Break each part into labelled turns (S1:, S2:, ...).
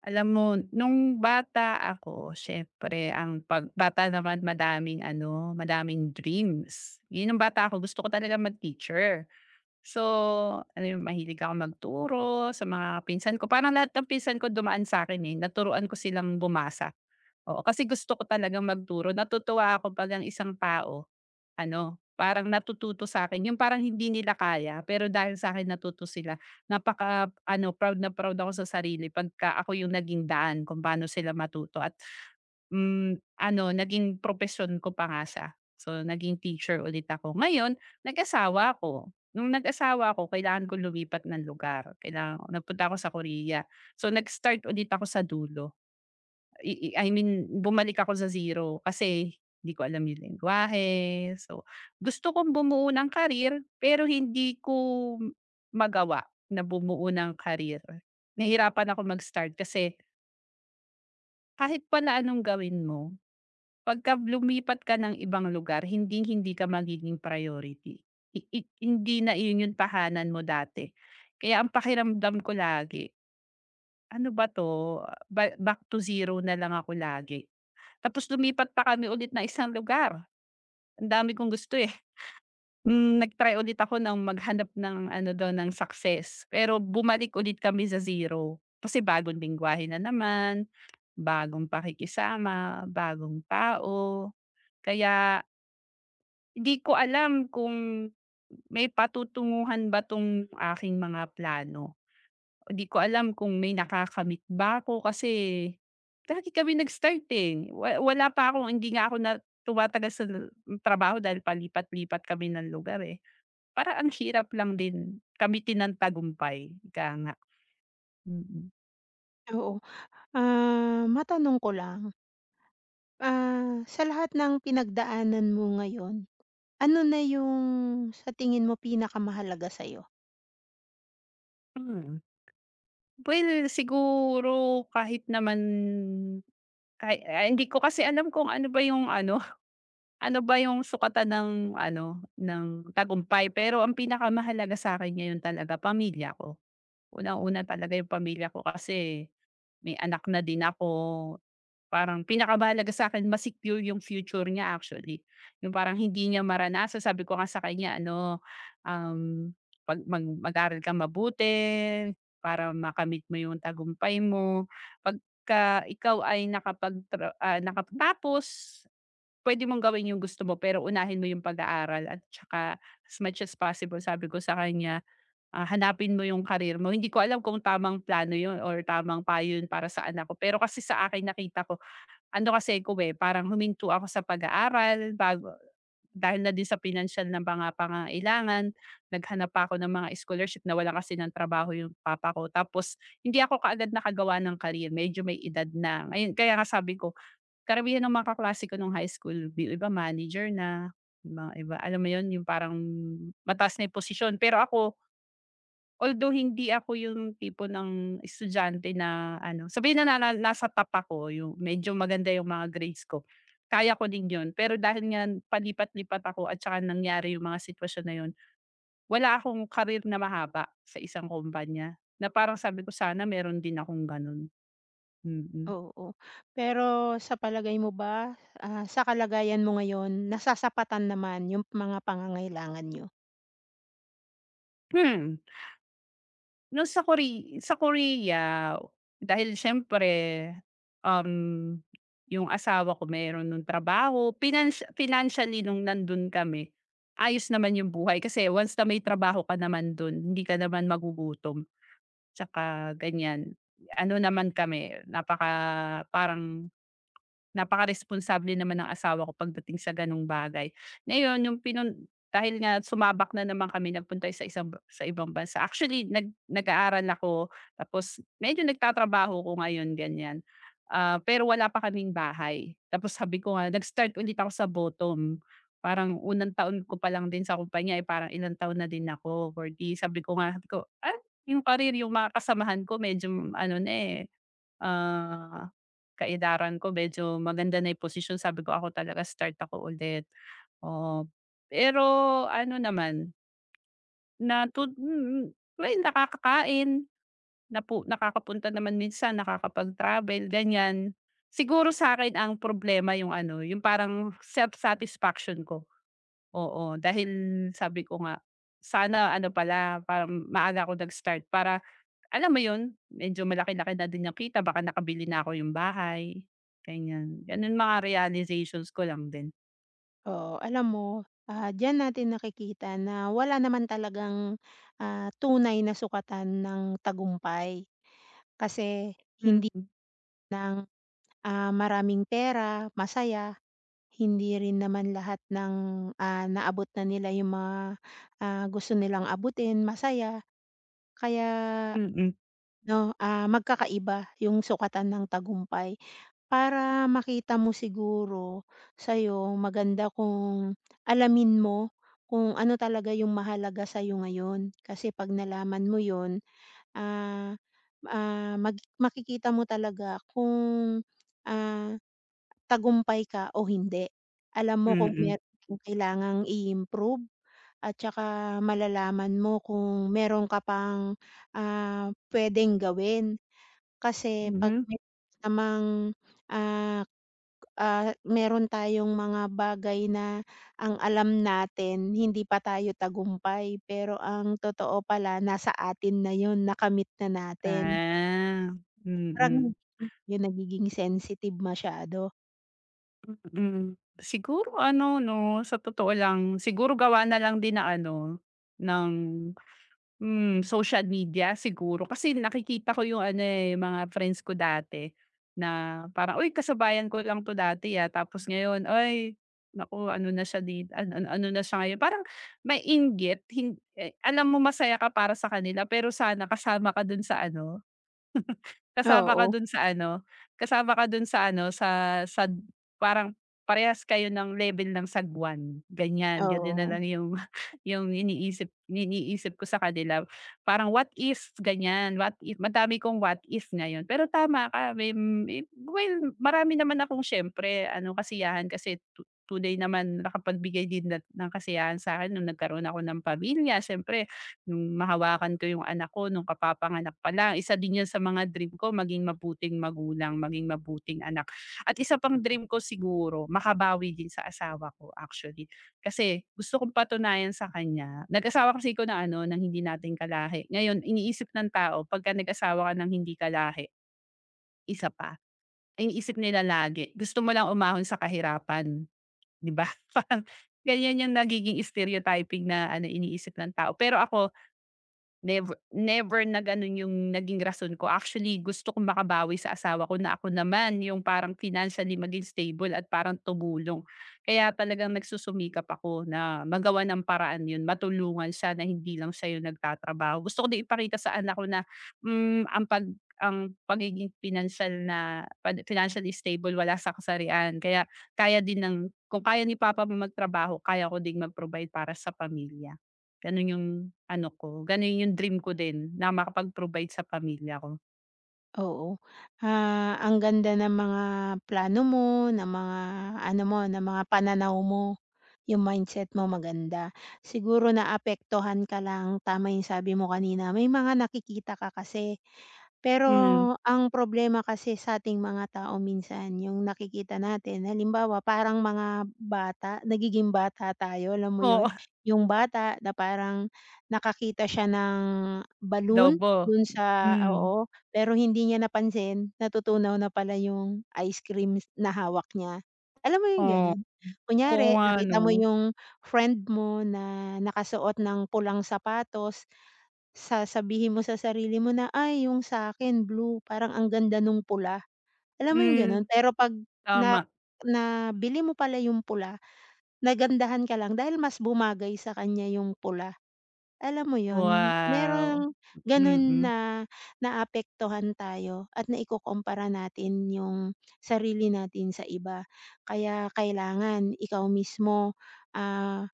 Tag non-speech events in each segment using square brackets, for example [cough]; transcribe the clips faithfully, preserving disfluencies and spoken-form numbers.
S1: Alam mo, nung bata ako, siyempre ang pag bata naman madaming ano, madaming dreams. Yun nung bata ako, gusto ko talaga mag-teacher. So, ano yun, mahilig ako magturo sa mga pinsan ko. Parang lahat ng pinsan ko dumaan sa akin eh, naturuan ko silang bumasa. Oo, kasi gusto ko talagang magturo. Natutuwa ako 'pag ang isang tao ano, parang natututo sa akin yung parang hindi nila kaya pero dahil sa akin natuto sila. Napaka-ano, proud na proud ako sa sarili pagka ako yung naging daan kung paano sila matuto at, hmm, ano, naging profession ko pa nga siya. So, naging teacher ulit ako. Ngayon, nag-asawa ako. Nung nag-asawa ako, kailangan ko lumipat ng lugar. Kailangan ko nagpunta ako sa Korea. So, nag-start ulit ako sa dulo. I i I mean bumalik ako sa zero kasi hindi ko alam yung lengguwahe. So, gusto kong bumuo ng career pero hindi ko magawa na bumuo ng career. Nahirapan akong mag-start kasi kahit pala anong gawin mo, pagka lumipat ka ng ibang lugar hindi hindi ka magiging priority. I i Hindi na iyon yung tahanan mo dati. Kaya ang pakiramdam ko lagi, ano ba 'to, ba back to zero na lang ako lagi. Tapos lumipat pa kami ulit ng isang lugar. Ang dami kong gusto, eh. Hmm, nag-try ulit ako ng maghanap ng ano don ng success. Pero bumalik ulit kami sa zero, kasi bagong lengguwahe na naman, bagong pakikisama, bagong tao. Kaya hindi ko alam kung may patutunguhan ba 'tong aking mga plano. Hindi ko alam kung may nakakamit ba ako kasi lagi kami nag-start, eh. Wa wala pa akong hindi nga ako na tumatagal sa l- trabaho dahil palipat-lipat kami ng lugar, eh. Para ang hirap lang din kamitin ng tagumpay, ika nga. Mm.
S2: Oo. Ah, matanong ko lang, ah, sa lahat ng pinagdaanan mo ngayon, ano na yung sa tingin mo pinakamahalaga sa'yo?
S1: Hmm. Well, siguro kahit naman kahi ah, hindi ko kasi alam kung ano ba yung ano, ano ba yung sukatan ng ano, ng tagumpay pero ang pinakamahalaga sa'kin ngayon talaga pamilya ko. Unang-una talaga yung pamilya ko kasi may anak na din ako, parang pinakamahalaga sa'kin ma-secure yung future niya actually. Yung parang hindi niya maranasan sabi ko nga sa kanya ano, um, pag mag mag-aral ka mabuti para makamit mo yung tagumpay mo. Pagka ikaw ay nakapagtra ah, nakapagtapos. Puwede mong gawin yung gusto mo pero unahin mo yung pag-aaral at tsaka as much as possible sabi ko sa kanya, ah, hanapin mo yung career mo. Hindi ko alam kung tamang plano yun or tamang payo yun para sa anak ko. Pero kasi sa akin nakita ko, ano kasi ko, eh, parang huminto ako sa pag-aaral bago dahil na din sa pinansiyal na mga pangangailangan. Naghanap pa ako ng mga scholarship, na nawalan kasi ng trabaho yung papa ko. Tapos hindi ako kaagad nakagawa ng career, medyo may edad na. Ayun, kaya nga sabi ko, karamihan ng mga kaklase ko nung high school, yung iba manager na, yung mga iba alam mo yun, yung parang mataas na yung posisyon. Pero ako, although hindi ako yung tipo ng estudyante na ano, sabihin na na na nasa top ako, yung medyo maganda yung mga grades ko, kaya ko din yun. Pero dahil nga palipat-lipat ako at saka nangyari yung mga sitwasyon na yun, wala akong karir na mahaba sa isang kumpanya, na parang sabi ko sana meron din akong ganun. Mm.
S2: Oo. Pero sa palagay mo ba, ah, sa kalagayan mo ngayon, nasasapatan naman yung mga pangangailangan niyo?
S1: [clears throat] No sa Kore sa Korea, dahil siyempre, um, yung asawa ko meron nung trabaho, pinans financially nung nandun kami, ayos naman yung buhay kasi once na may trabaho ka naman dun, hindi ka naman magugutom, tsaka ganyan. Ano naman kami, napaka parang napaka responsable naman ng asawa ko pagdating sa gano'ng bagay. Ngayon yung pinun dahil nga sumabak na naman kami nagpunta sa isang sa ibang bansa. Actually nag nag-aaral ako tapos medyo nagtatrabaho ko ngayon ganyan. Ah, pero wala pa kaming bahay. Tapos sabi ko nga nag-start ulit ako sa bottom. Parang unang taon ko pa lang din sa kumpanya, eh, parang ilang taon na din ako, kuwarenta. Sabi ko nga, sabi ko, ah, yung career, yung mga kasamahan ko medyo ano na eh, ah, ka ko medyo maganda na yung posisyon sabi ko, "Ako talaga start ako ulit." Oo. Pero ano naman, na mm, well nakakakain, napu nakakapunta naman minsan, nakakapag-travel ganyan. Siguro sa akin ang problema yung ano, yung parang self-satisfaction ko, oo. Dahil sabi ko nga, sana ano pala, parang maaga ako nag-start para alam mo yun, medyo malaki-laki na din yung kita baka nakabili na ako yung bahay, ganyan. Ganun mga realizations ko lang din.
S2: Oo, alam mo, ah, diyan natin nakikita na wala naman talagang, ah, tunay na sukatan ng tagumpay. Kasi hindi
S1: Mm,
S2: ng, ah, maraming pera, masaya. Hindi rin naman lahat ng, ah, naabot na nila yung mga, ah, gusto nilang abutin, masaya. Kaya
S1: mm,
S2: 'no, ah, magkakaiba yung sukatan ng tagumpay. Para makita mo siguro sa'yo, maganda kung alamin mo kung ano talaga yung mahalaga sa'yo ngayon. Kasi 'pag nalaman mo yun, ah, ah, mag makikita mo talaga kung, ah tagumpay ka o hindi. Alam mo kung
S1: mm,
S2: meron kang kailangang i-improve at saka malalaman mo kung meron ka pang, ah, puwedeng gawin. Kasi 'pag
S1: mhm.
S2: meron namang, ah, k- ah, meron tayong mga bagay na ang alam natin hindi pa tayo tagumpay, pero ang totoo pala nasa atin na 'yun, nakamit na natin.
S1: Ah,
S2: Parang
S1: mm.
S2: yun nagiging sensitive masyado.
S1: Mm. Siguro ano 'no, sa totoo lang siguro gawa na lang din na ano, ng Hmm, social media siguro. Kasi nakikita ko yung ano, eh, yung mga friends ko dati na parang, "Uy, kasabayan ko lang 'to dati, ah." Tapos ngayon, "Ay, naku ano na siya dit an an ano na siya ngayon." Parang mainggit hin eh, alam mo masaya ka para sa kanila pero sana kasama ka dun sa ano, kasama ka
S2: Oo,
S1: dun sa ano, kasama ka dun sa ano, sa sa parang parehas kayo ng level ng sagwan, ganyan. Ganun na
S2: oo.
S1: lang yung [laughs] yung iniisip iniisip ko sa kanila. Parang what if, ganyan, what if. Madami kong what if ngayon. Pero tama ka, may may well, marami naman akong siyempre ano, kasiyahan kasi tu tunay naman nakapagbigay din na ng kasiyahan sa akin nung nagkaroon ako ng pamilya siyempre. Nung mahawakan ko yung anak ko nung kapapanganak pa lang, isa din yun sa mga dream ko maging mabuting magulang, maging mabuting anak. At isa pang dream ko siguro makabawi din sa asawa ko actually. Kasi gusto kong patunayan sa kanya nag-asawa kasi ko na ano, ng hindi natin kalahi. Ngayon iniisip ng tao pagka nag-asawa ka ng hindi kalahi, isa pa. Iniisip nila lagi gusto mo lang umahon sa kahirapan, 'di ba? [laughs] Parang ganyan yung nagiging stereotyping na ano iniisip ng tao. Pero ako never never na gano'n yung naging rason ko. Actually, gusto kong makabawi sa asawa ko na ako naman yung parang financially maging stable at parang tumulong. Kaya talagang nagsusumikap ako na magawa ng paraan yun, matulungan siya na hindi lang siya yung nagtatrabaho. Gusto ko din ipakita sa anak ko na, hmm, ang pag ang pagiging financial na pan financially stable wala sa kasarian. Kaya kaya din ng kung kaya ni papa magtrabaho, kaya ko ding mag-provide para sa pamilya. Gano'n yung ano ko, gano'n yung dream ko din na makapag-provide sa pamilya ko.
S2: Oo. Ah, ang ganda ng mga plano mo, ng mga ano mo, ng mga pananaw mo, yung mindset mo maganda. Siguro naapektuhan ka lang, tama yung sabi mo kanina, may mga nakikita ka kasi. Pero
S1: Hmm,
S2: ang problema kasi sa ating mga tao minsan, yung nakikita natin, halimbawa parang mga bata, nagiging bata tayo, alam mo yun?
S1: oo,
S2: Yung bata na parang nakakita siya ng balloon
S1: adobo,
S2: dun sa,
S1: hmm,
S2: oo, pero hindi niya napansin, natutunaw na pala yung ice creams na hawak niya. Alam mo yung
S1: oo,
S2: gano'n?
S1: oo
S2: Kunyari
S1: nga 'no,
S2: nakita mo yung friend mo na nakasuot ng pulang sapatos, sasabihin mo sa sarili mo na, "Ay yung sa'kin blue, parang ang ganda nung pula." Alam mo yung gano'n?
S1: hmm,
S2: Pero 'pag na
S1: tama.
S2: nabili mo pala yung pula, nagandahan ka lang dahil mas bumagay sa kanya yung pula. Alam mo yon,
S1: Wow,
S2: merong ganun
S1: mm,
S2: na naapektuhan tayo at naikukumpara natin yung sarili natin sa iba. Kaya kailangan ikaw mismo, ah,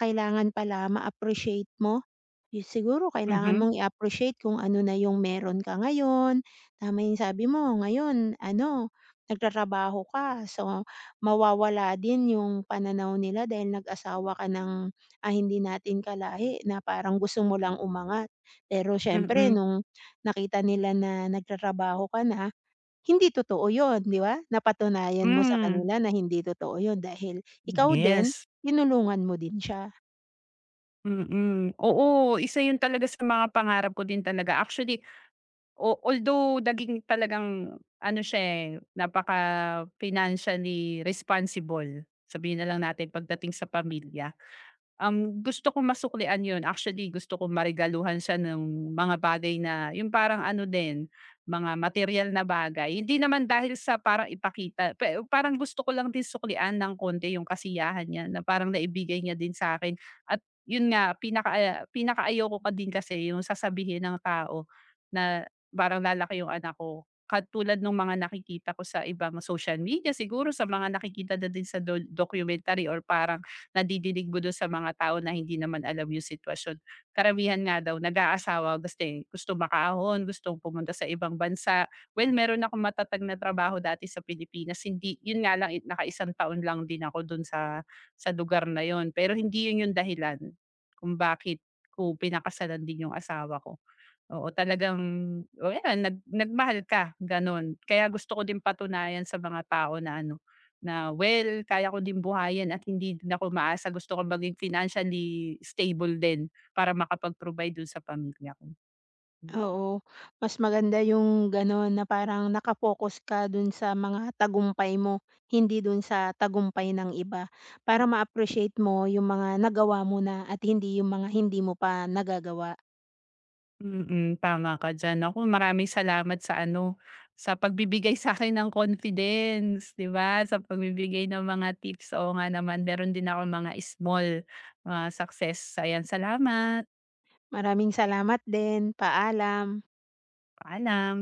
S2: kailangan pala ma-appreciate mo. Yu siguro kailangan
S1: mhm,
S2: mong i-appreciate kung ano na yung meron ka ngayon. Tama yung sabi mo, ngayon ano, nagtatrabaho ka, so mawawala din yung pananaw nila dahil nag-asawa ka ng, ah, hindi natin kalahi na parang gusto mo lang umangat. Pero siyempre
S1: mm,
S2: nung nakita nila na nagtatrabaho ka na, hindi totoo yun, 'di ba? Napatunayan mo sa
S1: hmm,
S2: kanila na hindi totoo yun dahil ikaw din
S1: yes.
S2: tinulungan mo din siya.
S1: Mm, oo, isa 'yun talaga sa mga pangarap ko din talaga. Actually, o although naging talagang ano siya, eh, napaka financially responsible, sabihin na lang natin pagdating sa pamilya. Um, gusto kong masuklian 'yun. Actually, gusto kong maregaluhan siya ng mga bagay na 'yung parang ano din, mga material na bagay. Hindi naman dahil sa parang ipakita, pe parang gusto ko lang din suklian ng konti 'yung kasiyahan niya na parang naibigay niya din sa akin at 'yun nga, pinaka ah, pinakaayoko ko din kasi 'yung sasabihin ng tao na parang lalaki 'yung anak ko. Katulad ng mga nakikita ko sa ibang social media siguro, sa mga nakikita na din sa do documentary or parang nadidinig mo dun sa mga tao na hindi naman alam yung sitwasyon. Karamihan nga daw nag-aasawa gusto, eh, gusto makaahon, gustong pumunta sa ibang bansa. Well, meron akong matatag na trabaho dati sa Pilipinas, hindi yun nga lang, eh, nakaisang taon lang din ako dun sa sa lugar na yon. Pero hindi yun yung dahilan kung bakit ko pinakasalan din yung asawa ko. Oo, talagang o yan nag nagmahal ka gano'n. Kaya gusto ko din patunayan sa mga tao na ano, na well kaya ko din buhayin at hindi din ako umaasa. Gusto ko maging financially stable din para makapag-provide dun sa pamilya ko. Mm.
S2: Oo, mas maganda yung gano'n na parang naka ka dun sa mga tagumpay mo, hindi dun sa tagumpay ng iba. Para ma-appreciate mo yung mga nagawa mo na at hindi yung mga hindi mo pa nagagawa.
S1: Mm, tama ka diyan. Naku, maraming salamat sa ano, sa pagbibigay sa'kin ng confidence, 'di ba? Sa pagbibigay ng mga tips. Oo nga naman meron din akong mga small, ah, success. Ayan, salamat.
S2: Maraming salamat din, paalam.
S1: Paalam.